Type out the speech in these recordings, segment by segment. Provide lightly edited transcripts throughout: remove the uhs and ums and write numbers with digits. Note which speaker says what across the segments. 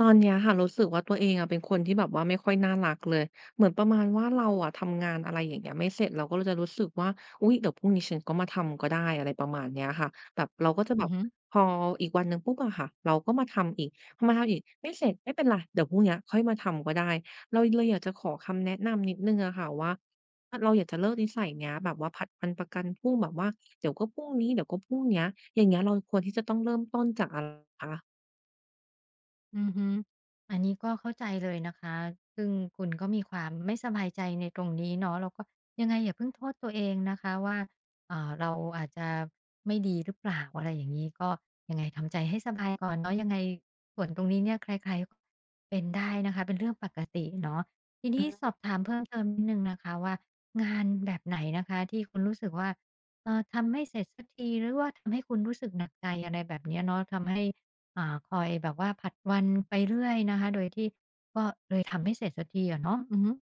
Speaker 1: ตอนเนี้ยค่ะรู้สึกว่าตัวเองอะเป็นคนที่แบบว่าไม่ค่อยน่ารักเลยเหมือนประมาณว่าเราอะทำงานอะไรอย่างเงี้ยไม่เสร็จเราก็จะรู้สึกว่าอุ๊ยเดี๋ยวพรุ่งนี้ฉันก็มาทำก็ได้อะไรประมาณเนี้ยค่ะแบบเราก็จะแบ
Speaker 2: อือ
Speaker 1: บ
Speaker 2: ฮึ
Speaker 1: พออีกวันหนึ่งปุ๊บอะค่ะเราก็มาทำอีกพอมาทำอีกไม่เสร็จไม่เป็นไรเดี๋ยวพรุ่งเนี้ยค่อยมาทำก็ได้เราเลยอยากจะขอคำแนะนำนิดหนึ่งอะค่ะว่า้เราอยากจะเลิกนิสัยเนี้ยแบบว่าผัดวันประกันพรุ่งแบบว่าเดี๋ยวก็พรุ่งนี้เดี๋ยวก็พรุ่งเนี้ยอย่างเงี้ยเราควรที่จะต้องเริ่มต้นจากอะไรคะ
Speaker 2: อือฮึอันนี้ก็เข้าใจเลยนะคะซึ่งคุณก็มีความไม่สบายใจในตรงนี้เนาะแล้วก็ยังไงอย่าเพิ่งโทษตัวเองนะคะว่าเราอาจจะไม่ดีหรือเปล่าอะไรอย่างนี้ก็ยังไงทำใจให้สบายก่อนเนาะยังไงส่วนตรงนี้เนี่ยใครๆก็เป็นได้นะคะเป็นเรื่องปกติเนาะที
Speaker 1: อื
Speaker 2: นี้ส
Speaker 1: ม
Speaker 2: อบถามเพิ่มเติมนิดนึงนะคะว่างานแบบไหนนะคะที่คุณรู้สึกว่าทำไม่เสร็จสักทีหรือว่าทำให้คุณรู้สึกหนักใจอะไรแบบเนี้ยเนาะทำให้ อ่าคอยแบบว่าผลัดวันไปเรื่อยนะคะโดยที่ก็เลยทำไม่เสร็จสักทีอะเนาะอือฮึ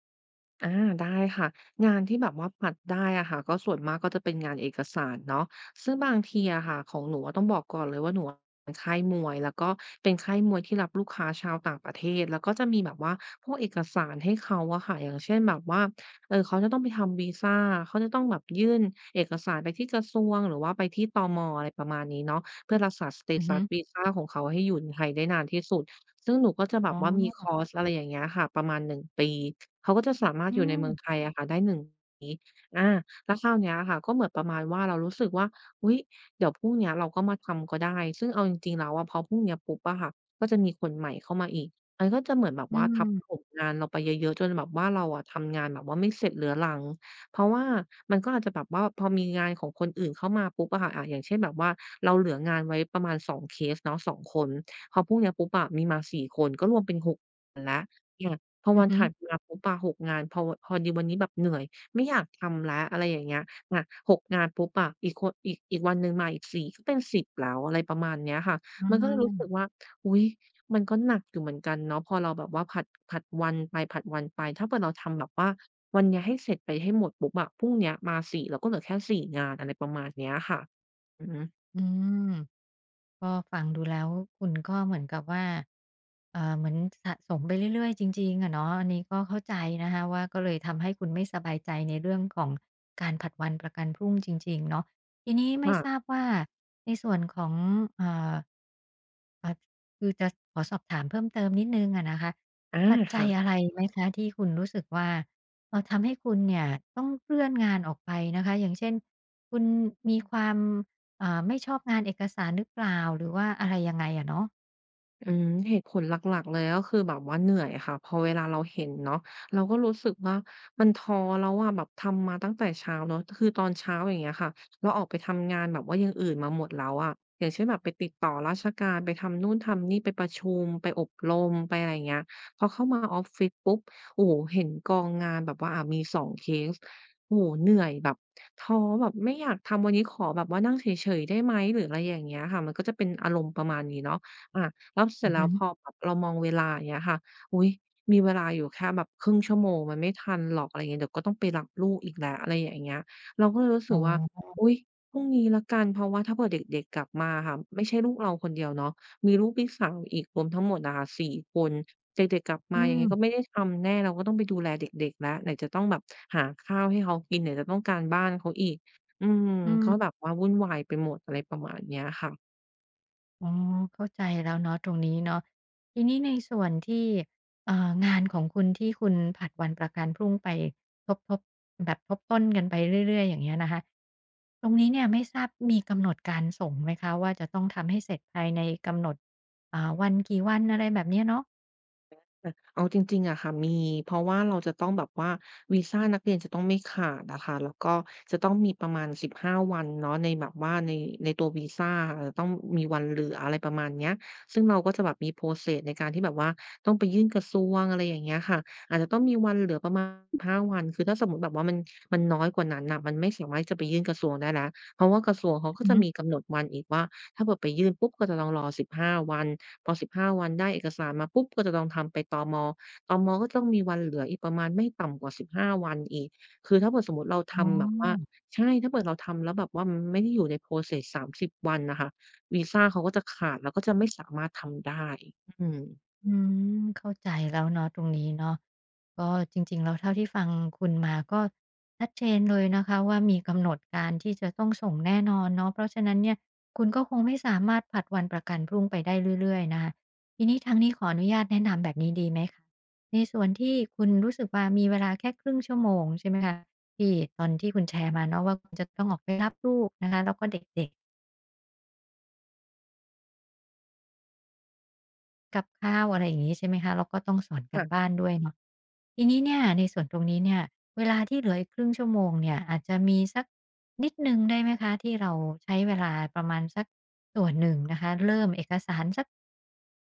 Speaker 1: อาได้ค่ะงานที่แบบว่าผัดได้อะค่ะก็ส่วนมากก็จะเป็นงานเอกสารเนาะซึ่งบางทีอะค่ะของหนูอะต้องบอกก่อนเลยว่าหนูอะเป็นค่ายมวยแล้วก็เป็นค่ายมวยที่รับลูกค้าชาวต่างประเทศแล้วก็จะมีแบบว่าพวกเอกสารให้เขาอะค่ะอย่างเช่นแบบว่าอเขาจะต้องไปทำวีซาเขาจะต้องแบบยื่นเอกสารไปที่กระทรวงหรือว่าไปที่ตมอะไรประมาณนี้เนาะเพื่อรักษาสเต
Speaker 2: อือ
Speaker 1: ตั
Speaker 2: ฮึ
Speaker 1: สวีซาของเขาให้อยู่ในไทยได้นานที่สุดซึ่งหนูก็จะแบ
Speaker 2: อ๋
Speaker 1: บ
Speaker 2: อ
Speaker 1: ว่ามีคอร์สอะไรอย่างเงี้ยค่ะประมาณ1ปี เขาก็จะสามารถ
Speaker 2: อื
Speaker 1: อยู่ใน
Speaker 2: ม
Speaker 1: เมืองไทยอะค่ะได้หนึ่ง อาแล้วคราวเนี้ยค่ะก็เหมือนประมาณว่าเรารู้สึกว่าอุ๊ยเดี๋ยวพรุ่งเนี้ยเราก็มาทำก็ได้ซึ่งเอาจริงๆแล้วอะพอพรุ่งเนี้ยปุ๊บอะค่ะก็จะมีคนใหม่เข้ามาอีกมันก็จะเหมือนแบบ
Speaker 2: อื
Speaker 1: ว่าทับถ
Speaker 2: ม
Speaker 1: มงานเราไปเยอะๆจนแบบว่าเราอะทำงานแบบว่าไม่เสร็จเรื้อรังเพราะว่ามันก็อาจจะแบบว่าพอมีงานของคนอื่นเข้ามาปุ๊บอะค่ะอย่างเช่นแบบว่าเราเหลืองานไว้ประมาณสองเคสเนาะสองคนพอพรุ่งเนี้ยปุ๊บอะมีมาสี่คนก็รวมเป็น6แล้วอาพอ
Speaker 2: อื
Speaker 1: วั
Speaker 2: อ
Speaker 1: น
Speaker 2: ฮึ
Speaker 1: ถัดมาปุ๊บอะหกงานพอพอดีวันนี้แบบเหนื่อย ไม่อยากทำแล้วอะไรอย่างเงี้ยอะ6งานปุ๊บอะอีกคนอีกวันหนึ่งมาอีก4ก็เป็น10แล้วอะไรประมาณเนี้ยค่ะ
Speaker 2: อา
Speaker 1: มันก็เลยรู้สึกว่าอุ๊ยมันก็หนักอยู่เหมือนกันเนาะพอเราแบบว่าผลัดวันไปผลัดวันไป ถ้าเกิดเราทำแบบว่าวันเนี้ยให้เสร็จไปให้หมดปุ๊บอะพรุ่งเนี้ยมา4เราก็เหลือแค่4งานอะไรประมาณเนี้ยค่ะอือฮึ
Speaker 2: อืมก็ฟังดูแล้วคุณก็เหมือนกับว่าเหมือนสะสมไปเรื่อยๆจริงๆอะเนาะอันนี้ก็เข้าใจนะคะว่าก็เลยทำให้คุณไม่สบายใจในเรื่องของการผลัดวันประกันพรุ่งจริงๆเนาะทีนี้ไม่
Speaker 1: ค่ะ
Speaker 2: ทราบว่าในส่วนของเอ่อ ค่ะคือจะขอสอบถามเพิ่มเติมนิดหนึ่งอะนะคะ
Speaker 1: อา
Speaker 2: ปัจจัย
Speaker 1: ค่ะ
Speaker 2: อะไรไหมคะที่คุณรู้สึกว่าทำให้คุณเนี่ยต้องเลื่อนงานออกไปนะคะอย่างเช่นคุณมีความไม่ชอบงานเอกสารหรือเปล่าหรือว่าอะไรยังไงอะเนาะ
Speaker 1: อืมเหตุผลหลักๆเลยก็คือแบบว่าเหนื่อยค่ะพอเวลาเราเห็นเนาะเราก็รู้สึกว่ามันท้อแล้วอะแบบทำมาตั้งแต่เช้าเนาะคือตอนเช้าอย่างเงี้ยค่ะเราออกไปทำงานแบบว่าอย่างอื่นมาหมดแล้วอะอย่างเช่นแบบไปติดต่อราชการไปทำนู่นทำนี่ไปประชุมไปอบรมไปอะไรอย่างเงี้ยพอเข้ามาออฟฟิศปุ๊บโอ้โฮเห็นกองงานแบบว่ามี2เคสโอ้โฮเหนื่อยแบบท้อแบบไม่อยากทำวันนี้ขอแบบว่านั่งเฉยๆได้ไหมหรืออะไรอย่างเงี้ยค่ะมันก็จะเป็นอารมณ์ประมาณนี้เนาะอา แล้วเสร็
Speaker 2: อื
Speaker 1: จ
Speaker 2: อ
Speaker 1: แล้
Speaker 2: ฮึ
Speaker 1: วพอแบบเรามองเวลาอย่างเงี้ยค่ะอุ๊ยมีเวลาอยู่แค่แบบครึ่งชั่วโมงมันไม่ทันหรอกอะไรอย่างเงี้ยเดี๋ยวก็ต้องไปรับลูกอีกแล้วอะไรอย่างเงี้ยเราก็เลยรู้สึ
Speaker 2: อ๋
Speaker 1: กว่า
Speaker 2: อ
Speaker 1: อุ๊ยพรุ่งนี้แล้วกันเพราะว่าถ้าเผื่อเด็กๆกลับมาค่ะไม่ใช่ลูกเราคนเดียวเนาะมีลูกพี่สาวอีกรวมทั้งหมดอะค่ะ4คนเด็กๆกลับมา
Speaker 2: อื
Speaker 1: ยังไง
Speaker 2: ม
Speaker 1: ก็ไม่ได้ทำแน่เราก็ต้องไปดูแลเด็กๆแล้วไหนจะต้องแบบหาข้าวให้เขากินไหนจะต้องการบ้านเขาอีกอืม
Speaker 2: อื
Speaker 1: ก็แบ
Speaker 2: ม
Speaker 1: บว่าวุ่นวายไปหมดอะไรประมาณเนี้ยค่ะ
Speaker 2: อ๋อเข้าใจแล้วเนาะตรงนี้เนาะทีนี้ในส่วนที่งานของคุณที่คุณผลัดวันประกันพรุ่งไปทบทบแบบทบต้นกันไปเรื่อยๆอย่างเงี้ยนะคะตรงนี้เนี่ยไม่ทราบมีกำหนดการส่งไหมคะว่าจะต้องทำให้เสร็จภายในกำหนดวันกี่วันอะไรแบบเนี้ยเนาะ
Speaker 1: อะเอาจริงๆอะค่ะมีเพราะว่าเราจะต้องแบบว่าวีซานักเรียนจะต้องไม่ขาดอะค่ะแล้วก็จะต้องมีประมาณสิบห้5วันเนาะในแบบว่าในในตัววีซาอะจะต้องมีวันเหลืออะไรประมาณเนี้ยซึ่งเราก็จะแบบมี process ในการที่แบบว่าต้องไปยื่นกระทรวงอะไรอย่างเงี้ยค่ะอาจจะต้องมีวันเหลือประมาณสิบห้5วันคือถ้าสมมุติแบบว่ามันน้อยกว่านั้นน่ะมันไม่สามารถที่จะไปยื่นกระทรวงได้แล้วเพราะว่ากระทรวงเขาก็
Speaker 2: อือ
Speaker 1: จะ
Speaker 2: ฮึ
Speaker 1: มีกำหนดวันอีกว่าถ้าเผื่อไปยื่นปุ๊บก็จะต้องรอ15วัน พอ15วันได้เอกสารมาปุ๊บก็จะต้องทำไปตมตมก็ต้องมีวันเหลืออีกประมาณไม่ต่ำกว่า15วันอีกคือถ้าเผื่อสมมุติเรา
Speaker 2: อ๋อ
Speaker 1: ทำแบบว่าใช่ถ้าเผื่อเราทำแล้วแบบว่ามันไม่ได้อยู่ใน process 30วันน่ะค่ะวีซาเขาก็จะขาดแล้วก็จะไม่สามารถทำได้อืม
Speaker 2: อืมเข้าใจแล้วเนาะตรงนี้เนาะก็จริงๆแล้วเท่าที่ฟังคุณมาก็ชัดเจนเลยนะคะว่ามีกำหนดการที่จะต้องส่งแน่นอนเนาะเพราะฉะนั้นเนี่ยคุณก็คงไม่สามารถผลัดวันประกันพรุ่งไปได้เรื่อยๆนะคะทีนี้ทางนี้ขออนุญาตแนะนำแบบนี้ดีไหมคะในส่วนที่คุณรู้สึกว่ามีเวลาแค่ครึ่งชั่วโมงใช่ไหมคะที่ตอนที่คุณแชร์มาเนาะว่าคุณจะต้องออกไปรับลูกนะคะแล้วก็เด็กๆ กับข้าวอะไรอย่างงี้ใช่ไหมคะแล้วก็ต้องสอนการบ้า
Speaker 1: ค่ะ
Speaker 2: นด้วยเนาะทีนี้เนี่ยในส่วนตรงนี้เนี่ยเวลาที่เหลืออีกครึ่งชั่วโมงเนี่ยอาจจะมีสักนิดหนึ่งได้ไหมคะที่เราใช้เวลาประมาณสักส่วนหนึ่งนะคะเริ่มเอกสารสัก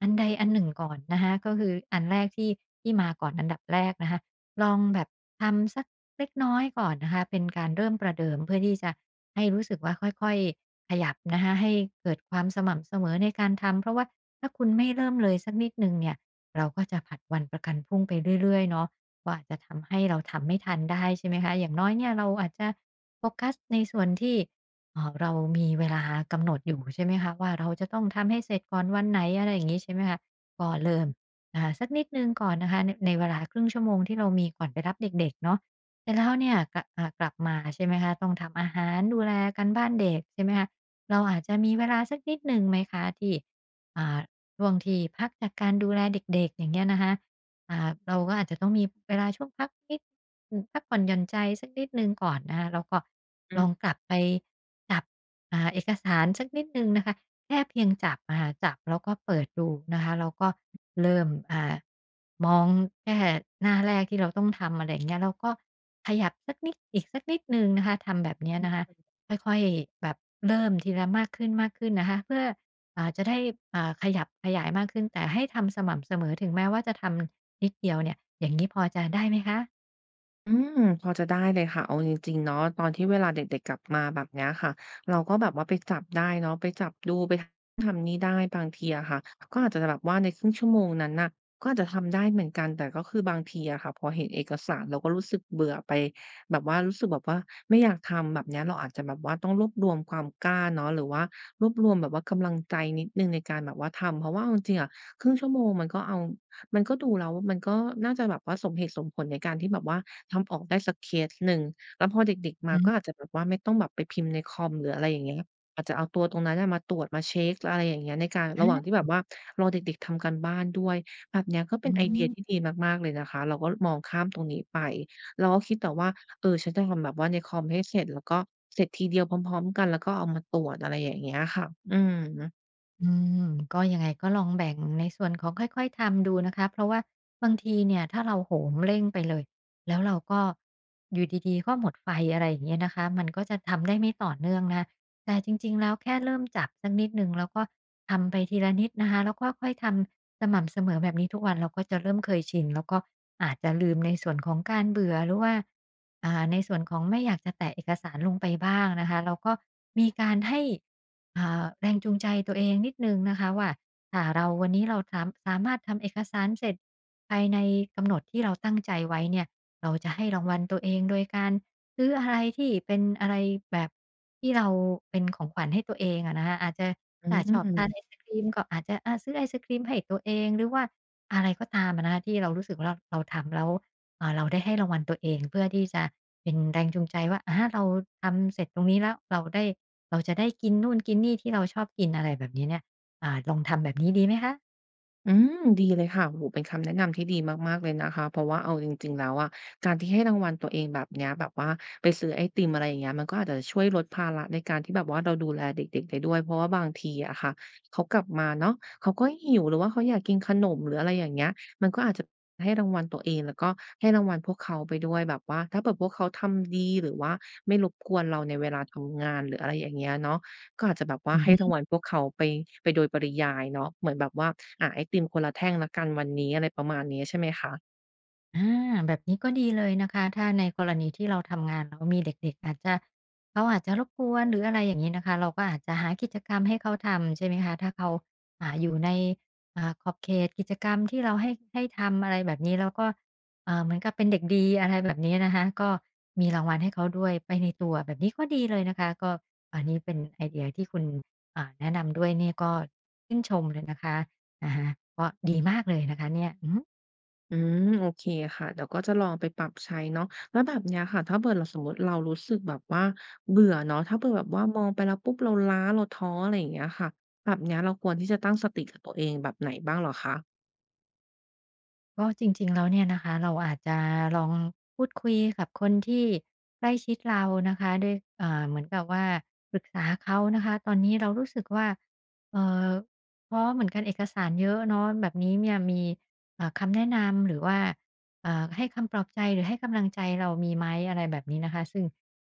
Speaker 2: อันใดอันหนึ่งก่อนนะคะก็คืออันแรกที่มาก่อนอันดับแรกนะคะลองแบบทำสักเล็กน้อยก่อนนะคะเป็นการเริ่มประเดิมเพื่อที่จะให้รู้สึกว่าค่อยๆขยับนะคะให้เกิดความสม่ำเสมอในการทำเพราะว่า ถ้าคุณไม่เริ่มเลยสักนิดหนึ่งเนี่ยเราก็จะผัดวันประกันพรุ่งไปเรื่อยๆเนาะก็อาจจะทำให้เราทำไม่ทันได้ใช่ไหมคะอย่างน้อยเนี่ยเราอาจจะโฟกัสในส่วนที่เรามีเวลากำหนดอยู่ใช่ไหมคะว่าเราจะต้องทำให้เสร็จก่อนวันไหนอะไรอย่างงี้ใช่ไหมคะก็เริ่มสักนิดหนึ่งก่อนนะคะในเวลาครึ่งชั่วโมงที่เรามีก่อนไปรับเด็กๆเนาะเสร็จแล้วเนี่ยกะกลับมาใช่ไหมคะต้องทำอาหารดูแลการบ้านเด็กใช่ไหมคะเราอาจจะมีเวลาสักนิดหนึ่งไหมคะที่อ่า ช่วงที่พักจากการดูแลเด็กๆอย่างเงี้ยนะคะเราก็อาจจะต้องมีเวลาช่วงพักนิดอืมพักผ่อนหย่อนใจสักนิดหนึ่งก่อนนะคะแล้วก็
Speaker 1: อื
Speaker 2: ล
Speaker 1: ม
Speaker 2: องกลับไปจับเอกสารสักนิดหนึ่งนะคะแค่เพียงจับอะค่ะจับแล้วก็เปิดดูนะคะแล้วก็เริ่มมองแค่หน้าแรกที่เราต้องทำอะไรอย่างเงี้ยแล้วก็ขยับสักนิดอีกสักนิดหนึ่งนะคะทำแบบเนี้ยนะคะค่อยๆแบบเริ่มทีละมากขึ้นๆนะคะเพื่อ จะได้ขยับขยายมากขึ้นแต่ให้ทำสม่ำเสมอถึงแม้ว่าจะทำนิดเดียวเนี่ยอย่างงี้พอจะได้ไหมคะ
Speaker 1: อืมพอจะได้เลยค่ะเอาจริงๆเนาะตอนที่เวลาเด็กๆกลับมาแบบเนี้ยค่ะเราก็แบบว่าไปจับได้เนาะไปจับดูไปทำนี่ได้บางทีอะค่ะก็อาจจะแบบว่าในครึ่งชั่วโมงนั้นน่ะก็อาจจะทำได้เหมือนกันแต่ก็คือบางทีอะค่ะพอเห็นเอกสารเราก็รู้สึกเบื่อไปแบบว่ารู้สึกแบบว่าไม่อยากทำแบบเนี้ยเราอาจจะแบบว่าต้องรวบรวมความกล้าเนาะหรือว่ารวบรวมแบบว่ากำลังใจนิดนึงในการแบบว่าทำเพราะว่าเอาจริงๆอะครึ่งชั่วโมงมันก็เอา มันก็ดูแล้วมันก็น่าจะแบบว่าสมเหตุสมผลในการที่แบบว่าทำออกได้สักเคสหนึ่ง แล้วพอเด็ก
Speaker 2: อือ
Speaker 1: ๆมา
Speaker 2: ฮึ
Speaker 1: ก็อาจจะแบบว่าไม่ต้องแบบไปพิมพ์ในคอมหรืออะไรอย่างเงี้ยอาจจะเอาตัวตรงนั้นน่ะมาตรวจมาเช็กอะไรอย่างเงี้ยในการระหว่างที่
Speaker 2: อา
Speaker 1: แบบว่ารอเด็กๆทำการบ้านด้วยแบบเนี้ยก็เป็
Speaker 2: อื
Speaker 1: นไอเดีย
Speaker 2: ม
Speaker 1: ที่ดีมากๆเลยนะคะเราก็มองข้ามตรงนี้ไปเราก็คิดแต่ว่าเออฉันจะทำแบบว่าในคอมให้เสร็จแล้วก็เสร็จทีเดียวพร้อมๆกันแล้วก็เอามาตรวจอะไรอย่างเงี้ยค่ะอือฮึ
Speaker 2: อืมก็ยังไงก็ลองแบ่งในส่วนของค่อยๆทำดูนะคะเพราะว่าบางทีเนี่ยถ้าเราโหมเร่งไปเลยแล้วเราก็อยู่ดีๆก็หมดไฟอะไรอย่างเงี้ยนะคะมันก็จะทำได้ไม่ต่อเนื่องนะแต่จริงๆแล้วแค่เริ่มจับสักนิดหนึ่งแล้วก็ทำไปทีละนิดนะคะแล้วก็ค่อยทำสม่ำเสมอแบบนี้ทุกวันเราก็จะเริ่มเคยชินแล้วก็อาจจะลืมในส่วนของการเบื่อหรือว่าในส่วนของไม่อยากจะแตะเอกสารลงไปบ้างนะคะแล้วก็มีการให้ แรงจูงใจตัวเองนิดนึงนะคะว่าถ้าเราวันนี้เราสามารถทำเอกสารเสร็จภายในกำหนดที่เราตั้งใจไว้เนี่ยเราจะให้รางวัลตัวเองโดยการซื้ออะไรที่เป็นอะไรแบบที่เราเป็นของขวัญให้ตัวเองอะนะคะอาจจะ
Speaker 1: อื
Speaker 2: ถ้าชอบทานไอ
Speaker 1: ม
Speaker 2: ศครีมก็อาจจะอะซื้อไอศครีมให้ตัวเองหรือว่าอะไรก็ตามอะนะคะที่เรารู้สึกว่าเราทำแล้วเราได้ให้รางวัลตัวเองเพื่อที่จะเป็นแรงจูงใจว่าอาเราทำเสร็จตรงนี้แล้วเราได้ เราจะได้กินนู่นกินนี่ที่เราชอบกินอะไรแบบนี้เนี่ยลองทำแบบนี้ดีไหมคะ
Speaker 1: อืมดีเลยค่ะโอ้โฮเป็นคำแนะนำที่ดีมากๆเลยนะคะเพราะว่าเอาจริงๆแล้วอะการที่ให้รางวัลตัวเองแบบเนี้ยแบบว่าไปซื้อไอติมอะไรอย่างเงี้ยมันก็อาจจะช่วยลดภาระในการที่แบบว่าเราดูแลเด็กๆได้ด้วยเพราะว่าบางทีอะค่ะเขากลับมาเนาะเขาก็หิวหรือว่าเขาอยากกินขนมหรืออะไรอย่างเงี้ยมันก็อาจจะให้รางวัลตัวเองแล้วก็ให้รางวัลพวกเขาไปด้วยแบบว่าถ้าเผื่อพวกเขาทำดีหรือว่าไม่รบกวนเราในเวลาทำงานหรืออะไรอย่างเงี้ยเนาะ ก็อาจจะแบบว่าให้รางวัลพวกเขาไปโดยปริยายเนาะเหมือนแบบว่าอ่าไอติมคนละแท่งแล้วกันวันนี้อะไรประมาณนี้ใช่ไหมคะ
Speaker 2: อาแบบนี้ก็ดีเลยนะคะถ้าในกรณีที่เราทำงานแล้วมีเด็กๆอาจจะเขาอาจจะรบกวนหรืออะไรอย่างนี้นะคะเราก็อาจจะหากิจกรรมให้เขาทำใช่ไหมคะถ้าเขาอยู่ในขอบเขตกิจกรรมที่เราให้ทำอะไรแบบนี้แล้วก็เหมือนกับเป็นเด็กดีอะไรแบบนี้นะคะก็มีรางวัลให้เขาด้วยไปในตัวแบบนี้ก็ดีเลยนะคะก็อันนี้เป็นไอเดียที่คุณแนะนำด้วยเนี่ยก็ชื่นชมเลยนะคะอะฮะก็ดีมากเลยนะคะเนี่ย
Speaker 1: อืมโอเคค่ะเดี๋ยวก็จะลองไปปรับใช้เนาะแล้วแบบเนี้ยค่ะถ้าเกิดเราสมมุติเรารู้สึกแบบว่าเบื่อเนาะถ้าเกิ่แบบว่ามองไปแล้วปุ๊บเราล้าเราท้ออะไรอย่างเงี้ยค่ะแบบเนี้ยเราควรที่จะตั้งสติกับตัวเองแบบไหนบ้างเหรอคะ
Speaker 2: ก็จริงๆ แล้วเนี่ยนะคะเราอาจจะลองพูดคุยกับคนที่ใกล้ชิดเรานะคะด้วยเหมือนกับว่าปรึกษาเขานะคะตอนนี้เรารู้สึกว่าเอ่อท้อเหมือนกันเอกสารเยอะเนาะแบบนี้เนี่ยมีคำแนะนำหรือว่าเอ่าให้คำปลอบใจหรือให้กำลังใจเรามีไหมอะไรแบบนี้นะคะซึ่ง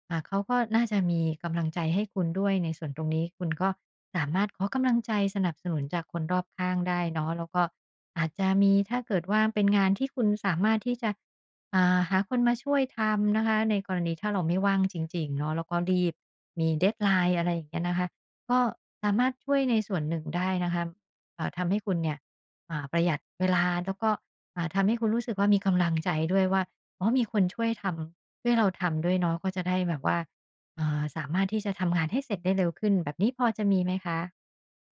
Speaker 2: เขาก็น่าจะมีกำลังใจให้คุณด้วยในส่วนตรงนี้คุณก็สามารถขอกำลังใจสนับสนุนจากคนรอบข้างได้เนาะแล้วก็อาจจะมีถ้าเกิดว่าเป็นงานที่คุณสามารถที่จะหาคนมาช่วยทำนะคะในกรณีถ้าเราไม่ว่างจริงๆเนาะแล้วก็รีบมี d e a ไลน์ e อะไรอย่างเงี้ยนะคะก็สามารถช่วยในส่วนหนึ่งได้นะคะทำให้คุณเนี่ยประหยัดเวลาแล้วก็ทำให้คุณรู้สึกว่ามีกำลังใจด้วยว่าอ๋อมีคนช่วยทำ ด้วยเราทำด้วยเนาะก็จะได้แบบว่าสามารถที่จะทำงานให้เสร็จได้เร็วขึ้นแบบนี้พอจะมีไหมคะ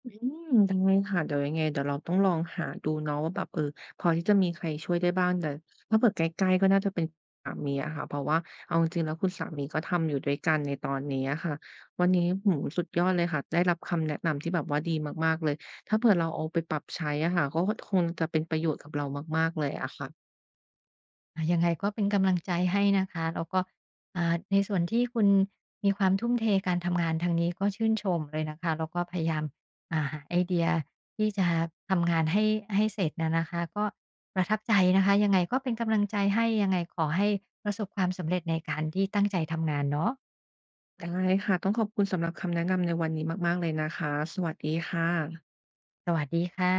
Speaker 1: อืมได้ค่ะเดี๋ยวยังไงเดี๋ยวเราต้องลองหาดูเนาะว่าแบบเออพอที่จะมีใครช่วยได้บ้างแต่ถ้าเผื่อใกล้ๆก็น่าจะเป็นสามีอะค่ะเพราะว่าเอาจริงๆแล้วคุณสามีก็ทำอยู่ด้วยกันในตอนนี้อะค่ะวันนี้ผมือสุดยอดเลยค่ะได้รับคำแนะนำที่แบบว่าดีมากๆเลยถ้าเผื่อเราเอาไปปรับใช้อะค่ะก็คงจะเป็นประโยชน์กับเรามากๆเลยอะค่ะ
Speaker 2: ยังไงก็เป็นกำลังใจให้นะคะแล้วก็ในส่วนที่คุณมีความทุ่มเทการทำงานทางนี้ก็ชื่นชมเลยนะคะแล้วก็พยายามหาไอเดียที่จะทำงานให้เสร็จอะนะคะก็ประทับใจนะคะยังไงก็เป็นกำลังใจให้ยังไงขอให้ประสบความสำเร็จในการที่ตั้งใจทำงานเนาะ
Speaker 1: ได้ค่ะต้องขอบคุณสำหรับคำแนะนำในวันนี้มากๆเลยนะคะสวัสดีค่ะ
Speaker 2: สวัสดีค่ะ